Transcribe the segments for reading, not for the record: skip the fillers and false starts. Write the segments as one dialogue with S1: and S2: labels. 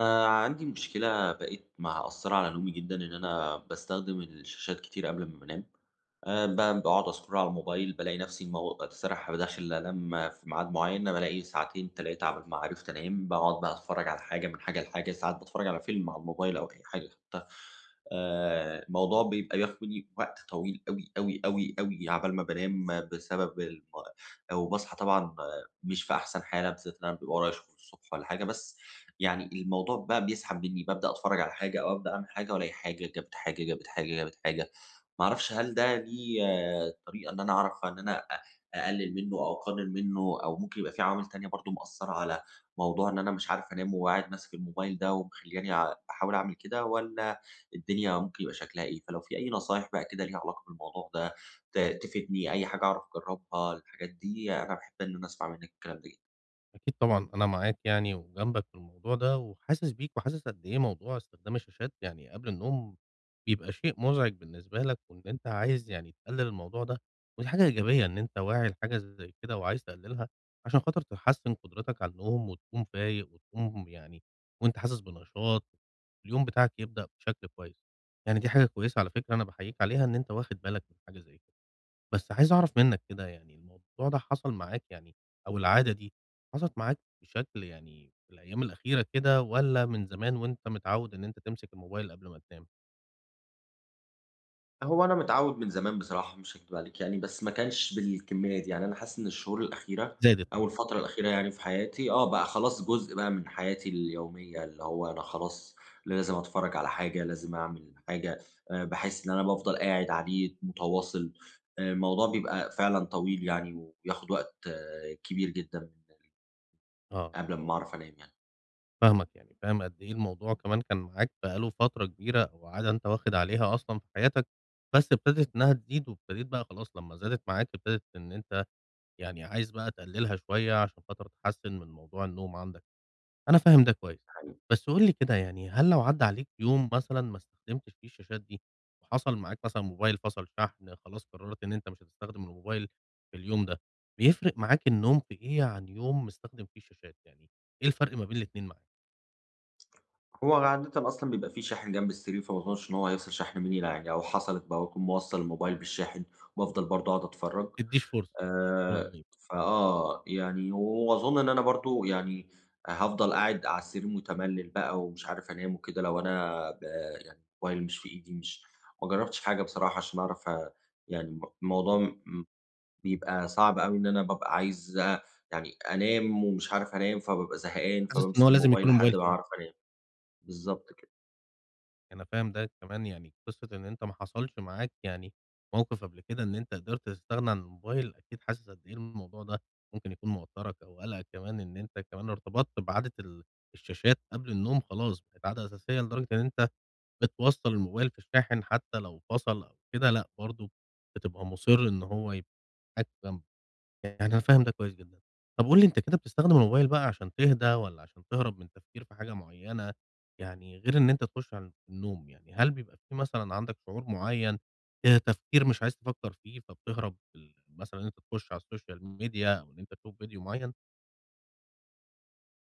S1: أنا عندي مشكلة بقِت مأثّرة على نومي جدًا، إن أنا باستخدم الشاشات كتير قبل أمّا بانام، ب باقعد أscroll على الموبايل، بالاقي نفسي الساعة داخل أنام في ميعاد معيّن، بالاقي ساعتين، 3 على ما عرفت أنام، باقعد بقى أتفرّج على حاجة، من حاجة لحاجة، ساعات باتفرّج على فيلم على الموبايل أو أي حاجة حتى. الموضوع بيبقى بياخد منّي وقت طويل أوي، أوي، أوي، أوي عقبال ما بانام بسبب الم وباصحى طبعًا مش في أحسن حالة، بالذات إن أنا بيبقى ورايا شغل الصبح والّا حاجة، بس يعني الموضوع بقى بيسحب منّي، بابدأ أتفرّج على حاجة أو أبدأ أعمل حاجة وألاقي حاجة جابت حاجة، جابت حاجة، جابت حاجة. ما أعرفش هل ده ليه طريقة إن أنا أعرف إن أنا أقلِّل منّه أو أقلِّل منّه أو ممكن يبقى في عوامل تانية برضه مأثّرة على موضوع إن أنا مش عارف أنام وقاعد ماسك الموبايل ده ومخلّياني باحاول أعمل كده والّا الدنيا ممكن يبقى شكلها إيه؟ فلو في أي نصايح بقى كده ليها علاقة بالموضوع ده تفيدني، أي حاجة أعرف أجرّبها، الحاجات دي أنا باحب إن أنا أسمع منّك الكلام ده جدًا.
S2: أكيد طبعًا، أنا معاك يعني وجنبك في الموضوع ده، وحاسس بيك وحاسس قد إيه موضوع استخدام الشاشات يعني قبل النوم بيبقى شيء مُزعج بالنسبة لك، وإن أنت عايز يعني تقلل الموضوع ده. ودي حاجة إيجابية إن أنت واعي لحاجة زي كده وعايز تقللها، عشان خاطر تحسّن قدرتك على النوم وتقوم فايق وتقوم يعني وأنت حاسس بنشاط، اليوم بتاعك يبدأ بشكل كويس. يعني دي حاجة كويسة على فكرة أنا باحييك عليها إن أنت واخد بالك من حاجة زي كده. بس عايز أعرف منّك كده يعني الموضوع ده حصل معاك يعني، أو العادة دي حصلت معاك بشكل يعني في الأيام الأخيرة كده والّا من زمان وأنت متعوّد إن أنت تمسك الموبايل قبل ما تنام،
S1: هو أنا متعوّد من زمان بصراحة مش هاكدب عليكِ يعني، بس ما كانش بالكمية دي، يعني أنا حاسس إن الشهور الأخيرة
S2: زادت
S1: أو
S2: معاك؟
S1: الفترة الأخيرة يعني في حياتي بقى خلاص جزء بقى من حياتي اليومية، اللي هو أنا خلاص لازم أتفرّج على حاجة، لازم أعمل حاجة. باحس إن أنا بافضل قاعد عليه متواصل. الموضوع بيبقى فعلًا طويل يعني وبياخد وقت كبير جدًا
S2: آه،
S1: قبل أمّا أعرف أنام يعني.
S2: فاهمك يعني، فاهم قد إيه الموضوع كمان كان معاك بقى له فترة كبيرة أو عادة أنت واخد عليها أصلًا في حياتك، بس ابتدت إنها تزيد وابتديت بقى خلاص لمّا زادت معاك ابتدت إن أنت يعني عايز بقى تقللها شوية عشان خاطر تحسّن من موضوع النوم عندك. أنا فاهم ده
S1: دي
S2: كويس.
S1: حقيقة.
S2: بس قُل لي كده يعني، هل لو عدّى عليك يوم مثلًا ما استخدمتش فيه الشاشات دي، وحصل معاك مثلًا موبايل فصل شحن خلاص قررت إن أنت مش هتستخدم الموبايل في اليوم ده، بيفرق معاك النوم في إيه عن يوم مستخدم فيه الشاشات؟ يعني إيه الفرق ما بين الاتنين معاك؟
S1: هو عادةً أصلًا بيبقى في شاحن جنب السرير، فما أظنش إن هو هيفصل شحن مني لا يعني لو حصلت باكون موصّل الموبايل بالشاحن وأفضل برضه أقعد أتفرّج.
S2: ما بتديش فرصة. كويس.
S1: فآه، يعني وأظن إن أنا برضه يعني هافضل قاعد على السرير متملّل بقى ومش عارف أنام وكده لو أنا ب يعني الموبايل مش في إيدي مش ما جرّبتش حاجة بصراحة عشان أعرف يعني الموضوع بيبقى صعب أوي إن أنا بابقى عايز يعني أنام ومش عارف أنام، فبابقى زهقان،
S2: حاسس إن هو
S1: فبامسك
S2: لازم
S1: الموبايل
S2: يكون الموبايل
S1: لحد ما
S2: فيه.
S1: أعرف أنام. بالضبط كده.
S2: أنا فاهم ده كمان، يعني قصة إن أنت ما حصلش معاك يعني موقف قبل كده إن أنت قدرت تستغنى عن الموبايل، أكيد حاسس قد إيه الموضوع ده ممكن يكون موتّرك أو قلقك كمان، إن أنت كمان ارتبطت بعادة الشاشات قبل النوم خلاص، بقت عادة أساسية لدرجة إن أنت بتوصّل الموبايل في الشاحن حتى لو فصل أو كده لأ، برضه بتبقى مُصِر إن هو يبقى معاك جنبك. يعني أنا فاهم ده كويس جدًا. طب قُل لي أنت كده بتستخدم الموبايل بقى عشان تهدى والّا عشان تهرب من التفكير في حاجة معيّنة؟ يعني غير إن أنت تخش على النوم، يعني هل بيبقى في مثلًا عندك شعور معيّن تفكير مش عايز تفكّر فيه فبتهرب مثلًا إن أنت تخش على الSocial Media أو إن أنت تشوف فيديو معيّن؟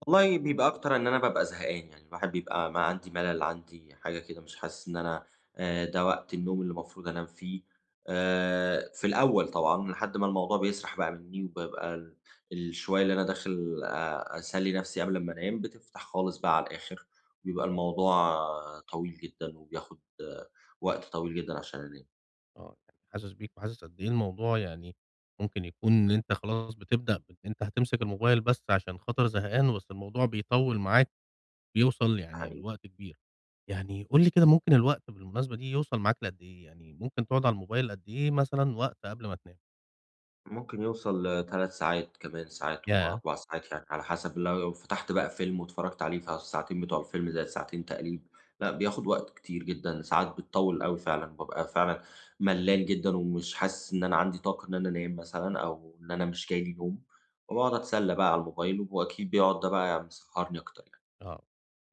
S1: والله بيبقى أكتر إن أنا بابقى زهقان، يعني الواحد بيبقى ما عندي ملل، عندي حاجة كده مش حاسس إن أنا ده وقت النوم اللي المفروض أنام فيه. في الأول طبعًا لحد ما الموضوع بيسرح بقى منّي، وبابقى ال الشوية اللي أنا داخل أسلّي نفسي قبل أمّا أنام بتفتح خالص بقى على الآخر. بيبقى الموضوع طويل جدًا وبياخد وقت طويل جدًا عشان أنام.
S2: آه، يعني حاسس بيك وحاسس قد إيه الموضوع، يعني ممكن يكون إن أنت خلاص بتبدأ بإن أنت هتمسك الموبايل بس عشان خاطر زهقان، بس الموضوع بيطوّل معاك بيوصل
S1: ده
S2: يعني
S1: حقيقي.
S2: لوقت كبير. يعني قُل لي كده، ممكن الوقت بالمناسبة دي يوصل معاك لقد إيه؟ يعني ممكن تقعد على الموبايل قد إيه مثلًا وقت قبل ما تنام؟
S1: ممكن يوصل ل3 ساعات كمان، ساعات
S2: ياه!
S1: و4 ساعات يعني على حسب لو فتحت بقى فيلم واتفرّجت عليه فالساعتين بتوع الفيلم زائد ساعتين تقليب. لأ بياخد وقت كتير جدًا، ساعات بتطوّل أوي فعلًا، بابقى فعلًا ملّان جدًا ومش حاسس إن أنا عندي طاقة إن أنا أنام مثلًا أو إن أنا مش جاي لي نوم، وباقعد أتسلّى بقى على الموبايل وأكيد بيقعد ده بقى مسهّرني أكتر يعني.
S2: آه.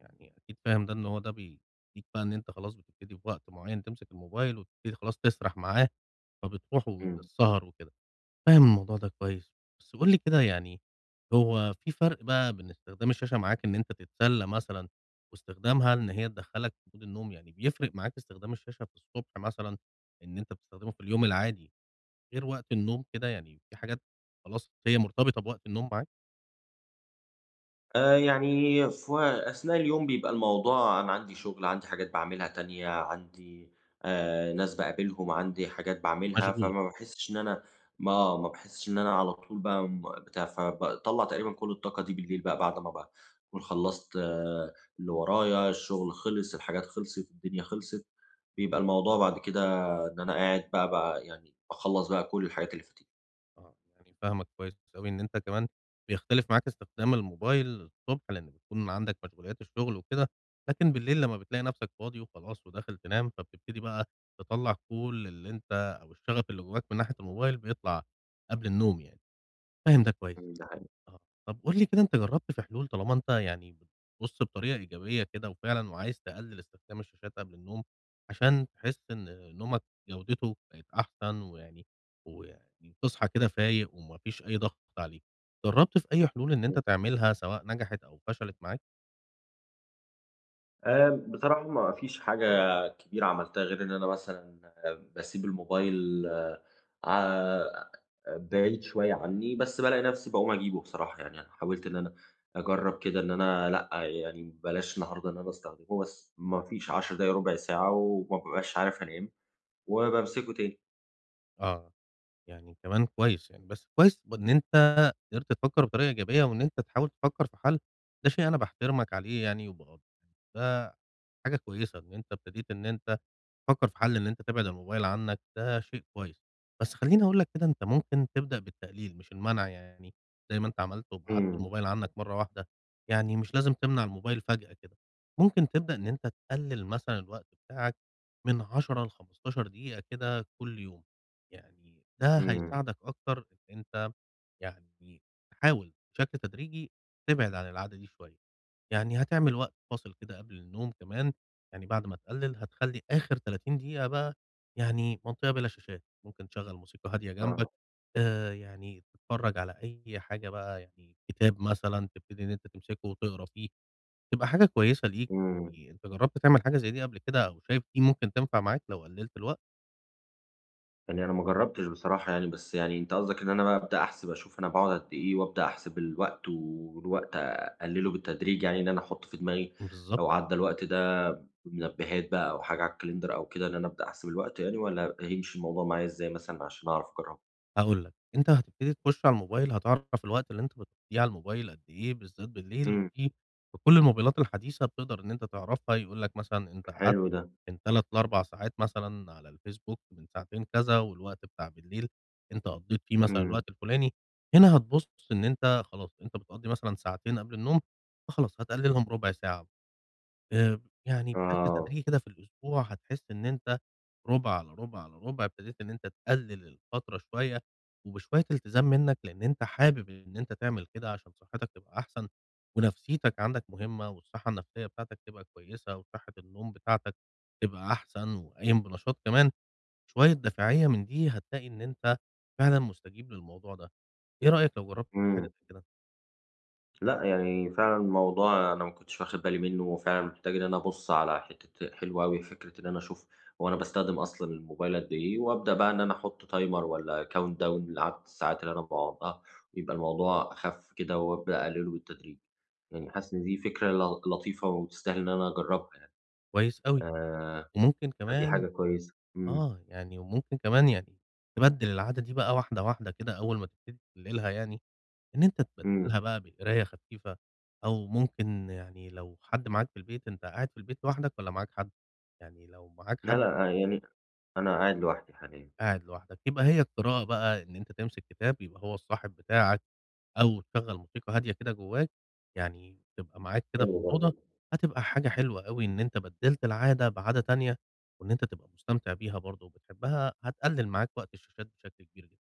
S2: يعني أكيد فاهم ده إن هو ده بيدّيك بقى إن أنت خلاص بتبتدي في وقت معيّن تمسك الموبايل وتبتدي خلاص تسرح معاه، فبتروح وفي
S1: إمم.
S2: السهر وكده. فاهم الموضوع ده كويس. بس قُل لي كده يعني، هو في فرق بقى بين استخدام الشاشة معاك إن أنت تتسلى مثلًا واستخدامها إن هي تدخّلك في مود النوم، يعني بيفرق معاك استخدام الشاشة في الصبح مثلًا إن أنت بتستخدمه في اليوم العادي غير وقت النوم كده، يعني في حاجات خلاص هي مرتبطة بوقت النوم معاك؟
S1: يعني في أثناء اليوم بيبقى الموضوع أنا عندي شغل، عندي حاجات باعملها تانية، عندي ناس باقابلهم، عندي حاجات باعملها،
S2: مشغول.
S1: فما باحسّش إن أنا ما باحسّش إن أنا على طول بقى بتاع، فباطلّع تقريبًا كل الطاقة دي بالليل بقى بعد ما باكون خلّصت اللي ورايا، الشغل خلص، الحاجات خلصت، الدنيا خلصت. بيبقى الموضوع بعد كده إن أنا قاعد بقى يعني باخلّص بقى كل الحاجات اللي فاتتني.
S2: آه، يعني فاهمك كويس أوي إن أنت كمان بيختلف معاك استخدام الموبايل الصبح، لإن بتكون عندك مشغوليات الشغل وكده، لكن بالليل لمّا بتلاقي نفسك فاضي وخلاص وداخل تنام، فبتبتدي بقى تطلّع كل اللي أنت أو الشغف اللي جواك من ناحية الموبايل بيطلع قبل النوم يعني، فاهم ده كويس.
S1: إمم، ده حقيقي.
S2: آه، طب قُل لي كده، أنت جرّبت في حلول طالما أنت يعني بتبُص بطريقة إيجابية كده وفعلًا وعايز تقلل استخدام الشاشات قبل النوم، عشان تحس إن نومك جودته بقت أحسن ويعني تصحى كده فايق وما فيش أي ضغط عليك، جرّبت في أي حلول إن أنت تعملها سواء نجحت أو فشلت معاك؟
S1: بصراحة ما فيش حاجة كبيرة عملتها غير إن أنا مثلًا باسيب الموبايل آه، ع بعيد شوية عني، بس بالاقي نفسي باقوم أجيبه بصراحة. يعني أنا حاولت إن أنا أجرّب كده إن أنا لأ، يعني بلاش النهارده إن أنا أستخدمه، بس ما فيش 10 دقايق، ربع ساعة وما بابقاش عارف أنام وبامسكه تاني.
S2: آه. يعني كمان كويس يعني، بس كويس إن أنت قدرت تفكّر بطريقة إيجابية وإن أنت تحاول تفكّر في حل، ده شيء أنا باحترمك عليه يعني وباقدّره، ده حاجة كويسة إن أنت ابتديت إن أنت تفكّر في حل إن أنت تبعد الموبايل عنّك، ده شيء كويس. بس خلّيني أقول لك كده، أنت ممكن تبدأ بالتقليل مش المنع يعني، زي ما أنت عملت وبعدت
S1: إمم،
S2: الموبايل عنّك مرّة واحدة، يعني مش لازم تمنع الموبايل فجأة كده، ممكن تبدأ إن أنت تقلّل مثلًا الوقت بتاعك من 10 ل15 دقيقة كده كل يوم. يعني ده
S1: إمم،
S2: هيساعدك أكتر إن أنت يعني تحاول بشكل تدريجي تبعد عن العادة دي شوية. يعني هتعمل وقت فاصل كده قبل النوم كمان، يعني بعد ما تقلِّل هتخلّي آخر 30 دقيقة بقى، يعني منطقة بلا شاشات، ممكن تشغّل موسيقى هادية جنبك،
S1: آه،
S2: يعني تتفرّج على أي حاجة بقى، يعني كتاب مثلًا تبتدي إن أنت تمسكه وتقرا فيه، تبقى حاجة كويسة ليك.
S1: إمم.
S2: يعني أنت جرّبت تعمل حاجة زي دي قبل كده أو شايف دي ممكن تنفع معاك لو قلِّلت الوقت؟
S1: يعني أنا ما جرّبتش بصراحة يعني، بس يعني أنت قصدك إن أنا بقى أبدأ أحسب أشوف أنا باقعد قد إيه، وأبدأ أحسب الوقت، والوقت أقلّله بالتدريج، يعني إن أنا أحُط في دماغي
S2: بالضبط.
S1: لو عدّى الوقت ده بمنبهات بقى أو حاجة على الكالندر أو كده، إن أنا أبدأ أحسب الوقت يعني، والّا هيمشي الموضوع معايا إزاي مثلًا عشان أعرف أجرّبه؟
S2: هاقول لك، أنت هتبتدي تخش على الموبايل هتعرف الوقت اللي أنت بتقضيه على الموبايل قد إيه، بالذات بالليل،
S1: إمم،
S2: وفي بكل الموبايلات الحديثة بتقدر إن أنت تعرفها، يقول لك مثلًا أنت قعدت
S1: حلو ده،
S2: من 3 ل4 ساعات مثلًا على الفيسبوك من ساعتين كذا، والوقت بتاع بالليل أنت قضيت فيه مثلًا
S1: إمم،
S2: الوقت الفلاني، هنا هتبُص إن أنت خلاص أنت بتقضي مثلًا ساعتين قبل النوم، فخلاص هتقللهم ربع ساعة، يعني بشكل
S1: آه،
S2: تدريجي كده في الأسبوع هتحس إن أنت رُبع، على رُبع، على رُبع ابتديت إن أنت تقلل الفترة شوية، وبشوية التزام منّك لإن أنت حابب إن أنت تعمل كده عشان صحتك تبقى أحسن، ونفسيتك عندك مهمة، والصحة النفسية بتاعتك تبقى كويسة، وصحة النوم بتاعتك تبقى أحسن، وقايم بنشاط كمان، شوية دافعية من دي هتلاقي إن أنت فعلًا مستجيب للموضوع ده، إيه رأيك لو جرّبت حاجة
S1: إمم.
S2: زي كده؟
S1: لأ، يعني فعلًا الموضوع أنا ما كنتش واخد بالي منه، وفعلًا محتاج إن أنا أبُص على حتّة حلوة أوي فكرة إن أنا أشوف هو أنا باستخدم أصلًا الموبايل قد إيه، وأبدأ بقى إن أنا أحُط timer والّا countdown لعدد الساعات اللي أنا باقعدها، ويبقى الموضوع أخَف كده وأبدأ أقلله بالتدريج. يعني حاسس إن دي فكرة لطيفة وتستاهل إن أنا أجرّبها يعني.
S2: كويس أوي.
S1: آآ
S2: وممكن
S1: فدي
S2: كمان
S1: حاجة كويسة. إمم،
S2: وممكن كمان يعني تبدِّل العادة دي بقى واحدة، واحدة كده أول ما تبتدي تقلِّلها يعني، إن أنت
S1: إمم.
S2: تبدِّلها بقى بقراية خفيفة أو ممكن يعني لو حد معاك في البيت، أنت قاعد في البيت لوحدك والّا معاك حد؟ يعني لو معاك
S1: لا،
S2: حد
S1: لأ، آه، يعني أنا قاعد لوحدي حاليًا.
S2: قاعد لوحدك، يبقى هي القراءة بقى إن أنت تمسك كتاب يبقى هو الصاحب بتاعك. أو تشغّل موسيقى هادية كده جوّاك، يعني تبقى معاك كده في
S1: حلو
S2: الأوضة،
S1: برضه.
S2: هتبقى حاجة حلوة أوي إن أنت بدّلت العادة بعادة تانية، وإن أنت تبقى مستمتع بيها برضه وبتحبها، هتقلل معاك وقت الشاشات بشكل كبير جدًا،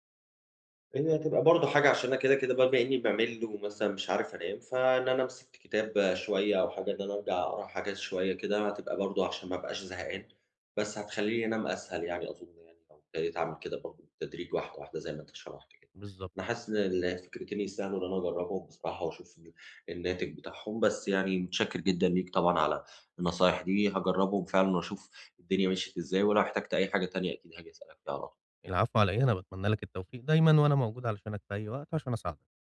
S1: هي هتبقى برضه حاجة عشان أنا كده، كده بما إنّي بامِل ومثلًا مش عارف أنام، فإن أنا أمسك كتاب شوية أو حاجة، إن أنا أرجع أقرا حاجات شوية كده، هتبقى برضه عشان ما أبقاش زهقان، بس هتخلّيني أنام أسهل يعني أظُن يعني لو ابتديت أعمل كده برضه بالتدريج واحدة، واحدة زي ما أنت شرحت كده.
S2: بالضبط
S1: أنا
S2: كده.
S1: حاسس إن الفكرتين يستاهلوا إن أنا أجرّبهم بصراحة وأشوف الناتج بتاعهم، بس يعني متشكّر جدًا ليك طبعًا على النصايح دي، هاجرّبهم فعلًا وأشوف الدنيا مشيت إزاي، ولو احتجت أي حاجة تانية أكيد هاجي أسألك فيها على طول.
S2: العفو على إيه، أنا باتمنى لك التوفيق دايمًا، وأنا موجود علشانك في أي وقت عشان أساعدك.